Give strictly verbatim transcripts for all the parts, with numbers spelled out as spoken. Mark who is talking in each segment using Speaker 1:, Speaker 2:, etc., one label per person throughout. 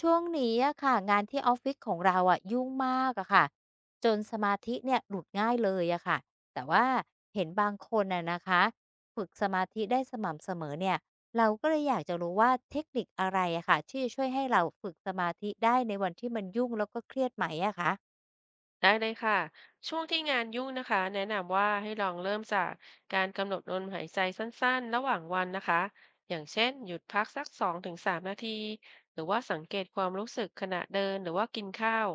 Speaker 1: ช่วงนี้อะค่ะงานที่ออฟฟิศของเราอะยุ่งมากอะค่ะจนสมาธิเนี่ยหลุดง่ายเลยอะค่ะแต่ว่าเห็นบางคนน่ะนะคะฝึกสมาธิได้สม่ำเสมอเนี่ยเราก็เลยอยากจะรู้ว่าเทคนิคอะไรอะค่ะที่จะช่วยให้เราฝึกสมาธิได้ในวันที่มันยุ่งแล้วก็เครียดไหมอะคะ
Speaker 2: ได้เลยค่ะช่วงที่งานยุ่งนะคะแนะนำว่าให้ลองเริ่มจากการกำหนดลมหายใจสั้นๆระหว่างวันนะคะอย่างเช่นหยุดพักสักสองถึงสามนาทีหรือว่าสังเกตความรู้สึกขณะเดินหรือว่ากินข้าว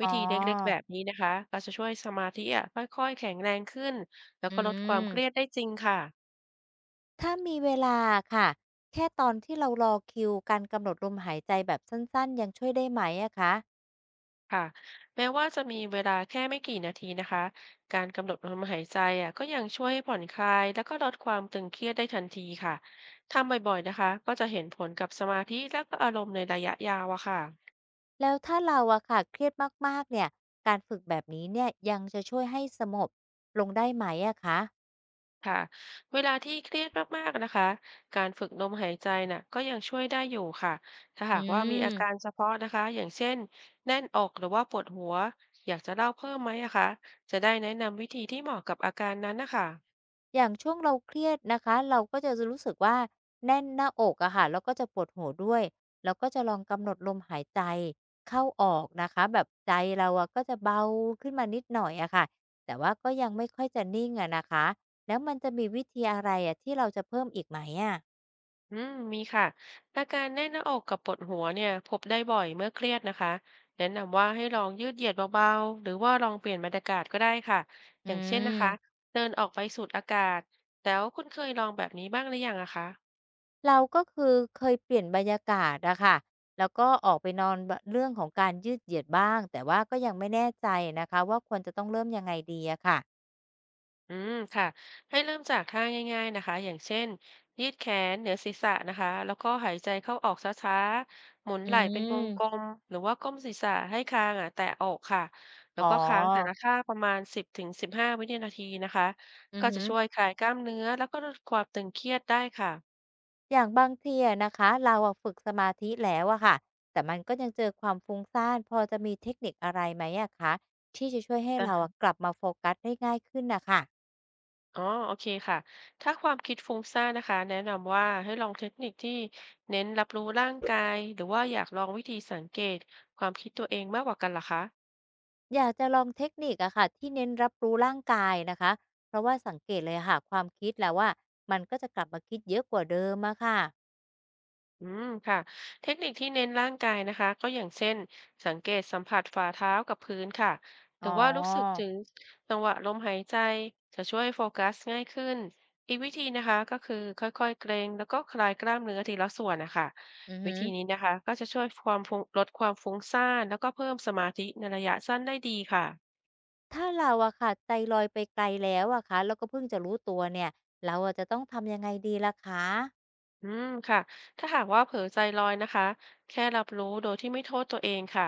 Speaker 2: วิ
Speaker 1: อ๋อ
Speaker 2: ธีเล็กๆแบบนี้นะคะก็จะช่วยสมาธิอ่ะค่อยๆแข็งแรงขึ้นแล้ว
Speaker 1: อื
Speaker 2: ก็ลดความ
Speaker 1: ม
Speaker 2: เครียดได้จริงค่ะ
Speaker 1: ถ้ามีเวลาค่ะแค่ตอนที่เรารอคิวการกำหนดลมหายใจแบบสั้นๆยังช่วยได้ไหมอะคะ
Speaker 2: ค่ะแม้ว่าจะมีเวลาแค่ไม่กี่นาทีนะคะการกำหนดลมหายใจอ่ะก็ยังช่วยให้ผ่อนคลายแล้วก็ลดความตึงเครียดได้ทันทีค่ะทำบ่อยๆนะคะก็จะเห็นผลกับสมาธิและก็อารมณ์ในระยะยาวอะค่ะ
Speaker 1: แล้วถ้าเราอะค่ะเครียดมากๆเนี่ยการฝึกแบบนี้เนี่ยยังจะช่วยให้สงบลงได้ไหมอะคะ
Speaker 2: ค่ะเวลาที่เครียดมากๆนะคะการฝึกลมหายใจน่ะก็ยังช่วยได้อยู่ค่ะถ้า
Speaker 1: อื
Speaker 2: หากว่ามีอาการ
Speaker 1: ม
Speaker 2: เฉพาะนะคะอย่างเช่นแน่นอกหรือว่าปวดหัวอยากจะเล่าเพิ่มไหมอะคะจะได้แนะนำวิธีที่เหมาะกับอาการนั้นนะคะ
Speaker 1: อย่างช่วงเราเครียดนะคะเราก็จะรู้สึกว่าแน่นหน้าอกอะค่ะแล้วก็จะปวดหัวด้วยแล้วก็จะลองกำหนดลมหายใจเข้าออกนะคะแบบใจเราอะก็จะเบาขึ้นมานิดหน่อยอะค่ะแต่ว่าก็ยังไม่ค่อยจะนิ่งอะนะคะแล้วมันจะมีวิธีอะไรอะที่เราจะเพิ่มอีกไหมอะ
Speaker 2: อืมมีค่ะอาการแน่นหน้าอกกับปวดหัวเนี่ยพบได้บ่อยเมื่อเครียดนะคะแนะนำว่าให้ลองยืดเหยียดเบาๆหรือว่าลองเปลี่ยนบรรยากาศก็ได้ค่ะอ
Speaker 1: อื
Speaker 2: ย่างเช่นนะคะ
Speaker 1: ม
Speaker 2: เดินออกไปสูดอากาศแล้วคุณเคยลองแบบนี้บ้างหรือยังอะคะ
Speaker 1: เราก็คือเคยเปลี่ยนบรรยากาศอะค่ะแล้วก็ออกไปนอนบะเรื่องของการยืดเหยียดบ้างแต่ว่าก็ยังไม่แน่ใจนะคะว่าควรจะต้องเริ่มยังไงดีอะค่ะ
Speaker 2: อืมค่ะให้เริ่มจากท่าง่ายๆนะคะอย่างเช่นยืดแขนเหนือศีรษะนะคะแล้วก็หายใจเข้าออกช้าๆหมุน
Speaker 1: อื
Speaker 2: ไหล่เป็นวงกล
Speaker 1: ม
Speaker 2: มหรือว่าก้มศีรษะให้คางอ่ะแตะอกค่ะแล้
Speaker 1: อ๋
Speaker 2: วก็ค้างแต่
Speaker 1: อ
Speaker 2: ละท่าประมาณสิบถึงสิบห้าวินาทีนะคะ
Speaker 1: อื
Speaker 2: ก็
Speaker 1: อ
Speaker 2: จะ
Speaker 1: ฮึ
Speaker 2: ช่วยคลายกล้ามเนื้อแล้วก็ลดความตึงเครียดได้ค่ะ
Speaker 1: อย่างบางทีอะนะคะเราอะฝึกสมาธิแล้วอะค่ะแต่มันก็ยังเจอความฟุ้งซ่านพอจะมีเทคนิคอะไรไหมอะคะที่จะช่วยให้
Speaker 2: อ
Speaker 1: เราอะ
Speaker 2: ะ
Speaker 1: กลับมาโฟกัสได้ง่ายขึ้นน่ะค่ะ
Speaker 2: อ๋อโอเคค่ะถ้าความคิดฟุ้งซ่านนะคะแนะนำว่าให้ลองเทคนิคที่เน้นรับรู้ร่างกายหรือว่าอยากลองวิธีสังเกตความคิดตัวเองมากกว่ากันลหคะ
Speaker 1: อยากจะลองเทคนิคอะค่ะที่เน้นรับรู้ร่างกายนะคะเพราะว่าสังเกตเลยอะค่ะความคิดแล้วว่ามันก็จะกลับมาคิดเยอะกว่าเดิมอะค่ะ
Speaker 2: อืมค่ะเทคนิคที่เน้นร่างกายนะคะก็อย่างเช่นสังเกตสัมผัสฝ่าเท้ากับพื้นค่ะห
Speaker 1: อ๋
Speaker 2: รือว่ารู้สึก
Speaker 1: อ
Speaker 2: ถึงจังหวะลมหายใจจะช่วยโฟกัสง่ายขึ้นอีกวิธีนะคะก็คือค่อยๆเกรงแล้วก็คลายกล้ามเนื้อทีละส่วนนะคะ
Speaker 1: อือ
Speaker 2: วิ
Speaker 1: ฮึ
Speaker 2: ธีนี้นะคะก็จะช่วยความฟุ้งลดความฟุ้งซ่านแล้วก็เพิ่มสมาธิในระยะสั้นได้ดีค่ะ
Speaker 1: ถ้าเราอะค่ะใจลอยไปไกลแล้วอะค่ะแล้วก็เพิ่งจะรู้ตัวเนี่ยเราอะจะต้องทำยังไงดีล่ะคะ
Speaker 2: อืมค่ะ ถ้าหากว่าเผลอใจลอยนะคะ แค่รับรู้โดยที่ไม่โทษตัวเองค่ะ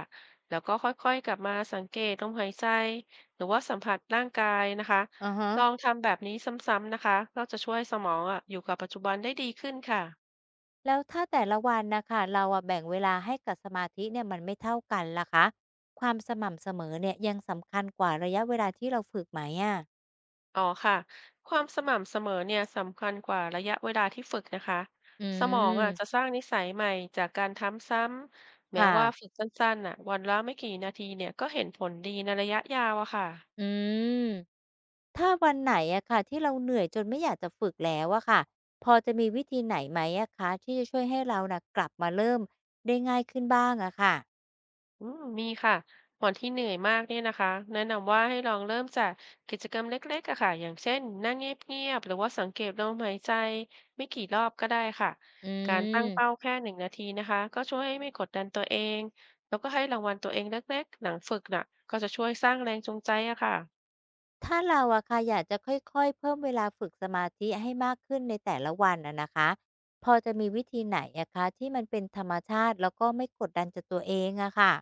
Speaker 2: แล้วก็ค่อยๆกลับมาสังเกตลมหายใจหรือว่าสัมผัสร่างกายนะคะ
Speaker 1: ออฮะ
Speaker 2: ลองทำแบบนี้ซ้ำๆนะคะก็จะช่วยสมองอ่ะอยู่กับปัจจุบันได้ดีขึ้นค่ะ
Speaker 1: แล้วถ้าแต่ละวันนะค่ะเราอะแบ่งเวลาให้กับสมาธิเนี่ยมันไม่เท่ากันล่ะคะความสม่ำเสมอเนี่ยยังสำคัญกว่าระยะเวลาที่เราฝึกไหมอะ
Speaker 2: อ๋อค่ะ ความสม่ำเสมอเนี่ยสำคัญกว่าระยะเวลาที่ฝึกนะคะ
Speaker 1: อื
Speaker 2: สมองอ่ะจะ
Speaker 1: ม
Speaker 2: สร้างนิสัยใหม่จากการทำซ้ำแม้ว่า
Speaker 1: ค่ะ
Speaker 2: ฝึกสั้นๆอ่ะวันละไม่กี่นาทีเนี่ยก็เห็นผลดีในระยะยาวอะค่ะ
Speaker 1: อืม ถ้าวันไหนอะค่ะที่เราเหนื่อยจนไม่อยากจะฝึกแล้วอะค่ะพอจะมีวิธีไหนไหมอะคะที่จะช่วยให้เราน่ะกลับมาเริ่มได้ง่ายขึ้นบ้างอะค่ะ
Speaker 2: อืมมีค่ะก่อนที่เหนื่อยมากเนี่ยนะคะแนะนำว่าให้ลองเริ่มจากกิจกรรมเล็กๆอะค่ะอย่างเช่นนั่งเงียบๆ หรือว่าสังเกตลมหายใจไม่กี่รอบก็ได้ค่ะ
Speaker 1: อื
Speaker 2: การตั้งเป้า
Speaker 1: ม
Speaker 2: แค่หนึ่งนาทีนะคะก็ช่วยให้ไม่กดดันตัวเองแล้วก็ให้รางวัลตัวเองเล็กๆหลังฝึกน่ะก็จะช่วยสร้างแรงจูงใจอะค่ะ
Speaker 1: ถ้าเราอะค่ะอยากจะค่อยๆเพิ่มเวลาฝึกสมาธิให้มากขึ้นในแต่ละวันอะนะคะพอจะมีวิธีไหนอะคะที่มันเป็นธรรมชาติแล้วก็ไม่กดดันจนตัวเองอะค่ะ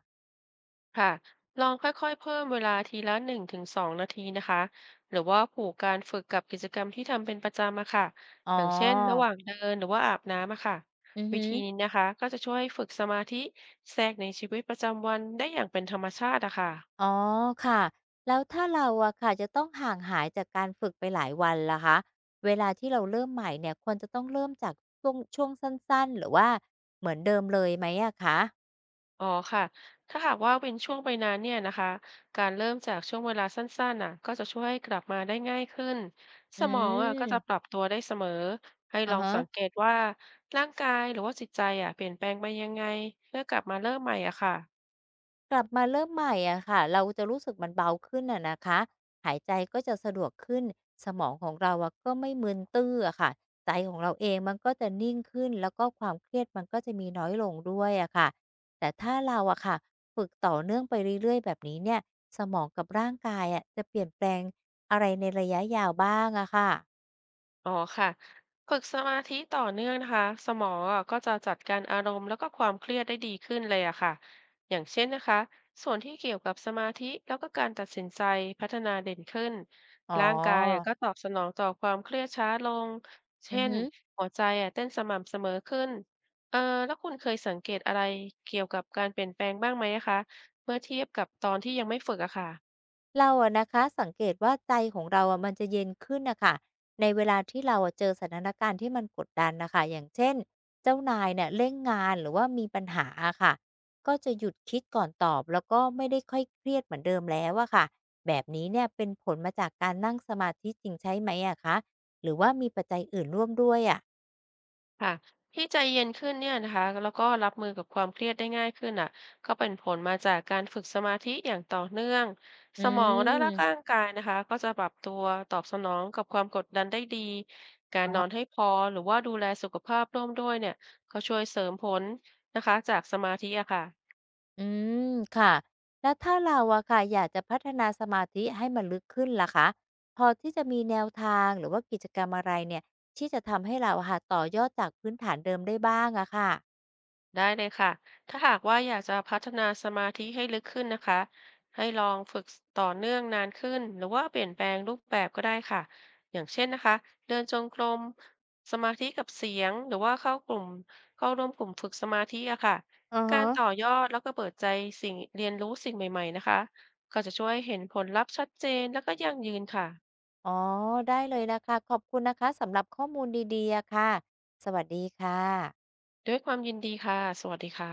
Speaker 2: ค่ะลองค่อยๆเพิ่มเวลาทีละหนึ่งถึงสองนาทีนะคะหรือว่าผูกการฝึกกับกิจกรรมที่ทำเป็นประจำอะค่ะ
Speaker 1: อ๋
Speaker 2: อย่างเช่นระห
Speaker 1: อ
Speaker 2: ว่างเดินหรือว่าอาบน้ำอะค่ะ
Speaker 1: อือ
Speaker 2: วิ
Speaker 1: ฮึ
Speaker 2: ธีนี้นะคะก็จะช่วยให้ฝึกสมาธิแทรกในชีวิตประจำวันได้อย่างเป็นธรรมชาติอะค่ะ
Speaker 1: อ๋อค่ะแล้วถ้าเราอะค่ะจะต้องห่างหายจากการฝึกไปหลายวันล่ะคะเวลาที่เราเริ่มใหม่เนี่ยควรจะต้องเริ่มจากช่วงช่วงสั้นๆหรือว่าเหมือนเดิมเลยไหมอะคะ
Speaker 2: อ๋อค่ะถ้าหากว่าเป็นช่วงไปนานเนี่ยนะคะการเริ่มจากช่วงเวลาสั้นๆน่ะก็จะช่วยให้กลับมาได้ง่ายขึ้น ส
Speaker 1: อื
Speaker 2: มองอ่ะก็
Speaker 1: ม
Speaker 2: จะปรับตัวได้เสมอให้ล
Speaker 1: อ่ะ
Speaker 2: อง
Speaker 1: ฮะ
Speaker 2: สังเกตว่าร่างกายหรือว่าจิตใจอ่ะเปลี่ยนแปลงไปยังไงเพื่อกลับมาเริ่มใหม่อ่ะค่ะ
Speaker 1: กลับมาเริ่มใหม่อะค่ะเราจะรู้สึกมันเบาขึ้นอะนะคะหายใจก็จะสะดวกขึ้นสมองของเราอะก็ไม่มึนตื้ออะค่ะใจของเราเองมันก็จะนิ่งขึ้นแล้วก็ความเครียดมันก็จะมีน้อยลงด้วยอะค่ะแต่ถ้าเราอะค่ะฝึกต่อเนื่องไปเรื่อยๆแบบนี้เนี่ยสมองกับร่างกายอะจะเปลี่ยนแปลงอะไรในระยะยาวบ้างอะค่ะ
Speaker 2: อ๋อค่ะฝึกสมาธิต่อเนื่องนะคะสมองอะก็จะจัดการอารมณ์แล้วก็ความเครียดได้ดีขึ้นเลยอะค่ะอย่างเช่นนะคะส่วนที่เกี่ยวกับสมาธิแล้วก็การตัดสินใจพัฒนาเด่นขึ้น
Speaker 1: อ๋อ
Speaker 2: ร่างกายอะก็ตอบสนองต่อความเครียดช้าลง
Speaker 1: อื
Speaker 2: เช่
Speaker 1: อ
Speaker 2: น
Speaker 1: ฮึ
Speaker 2: หัวใจอะเต้นสม่ำเสมอขึ้นเออแล้วคุณเคยสังเกตอะไรเกี่ยวกับการเปลี่ยนแปลงบ้างไหมอะคะเมื่อเทียบกับตอนที่ยังไม่ฝึกอะค่ะ
Speaker 1: เราอะนะคะสังเกตว่าใจของเราอะมันจะเย็นขึ้นนะคะในเวลาที่เราอะเจอสถานการณ์ที่มันกดดันนะคะอย่างเช่นเจ้านายเนี่ยเร่งงานหรือว่ามีปัญหาอะค่ะก็จะหยุดคิดก่อนตอบแล้วก็ไม่ได้ค่อยเครียดเหมือนเดิมแล้วอะค่ะแบบนี้เนี่ยเป็นผลมาจากการนั่งสมาธิจริงใช่ไหมอะคะหรือว่ามีปัจจัยอื่นร่วมด้วยอะ
Speaker 2: ค่ะที่ใจเย็นขึ้นเนี่ยนะคะแล้วก็รับมือกับความเครียดได้ง่ายขึ้นอ่ะก็เป็นผลมาจากการฝึกสมาธิอย่างต่อเนื่อง
Speaker 1: อื
Speaker 2: สมองและร่าง
Speaker 1: ม
Speaker 2: กายนะคะก็จะปรับตัวตอบสนองกับความกดดันได้ดีการนอนให้พอหรือว่าดูแลสุขภาพร่วมด้วยเนี่ยก็ช่วยเสริมผลนะคะจากสมาธิอะค่ะ
Speaker 1: อืมค่ะแล้วถ้าเราอะค่ะอยากจะพัฒนาสมาธิให้มันลึกขึ้นล่ะคะพอที่จะมีแนวทางหรือว่ากิจกรรมอะไรเนี่ยที่จะทำให้เราอะค่ะต่อยอดจากพื้นฐานเดิมได้บ้างอะค่ะ
Speaker 2: ได้เลยค่ะ ถ้าหากว่าอยากจะพัฒนาสมาธิให้ลึกขึ้นนะคะให้ลองฝึกต่อเนื่องนานขึ้นหรือว่าเปลี่ยนแปลงรูปแบบก็ได้ค่ะอย่างเช่นนะคะเดินจงกรมสมาธิกับเสียงหรือว่าเข้ากลุ่มเข้าร่วมกลุ่มฝึกสมาธิอะค่ะ
Speaker 1: อือ
Speaker 2: การต่อ
Speaker 1: ฮะ
Speaker 2: ยอดแล้วก็เปิดใจสิ่งเรียนรู้สิ่งใหม่ๆนะคะก็จะช่วยเห็นผลลัพธ์ชัดเจนแล้วก็ยั่งยืนค่ะ
Speaker 1: อ๋อได้เลยนะคะขอบคุณนะคะสำหรับข้อมูลดีๆอะค่ะสวัสดีค่ะ
Speaker 2: ด้วยความยินดีค่ะ สวัสดีค่ะ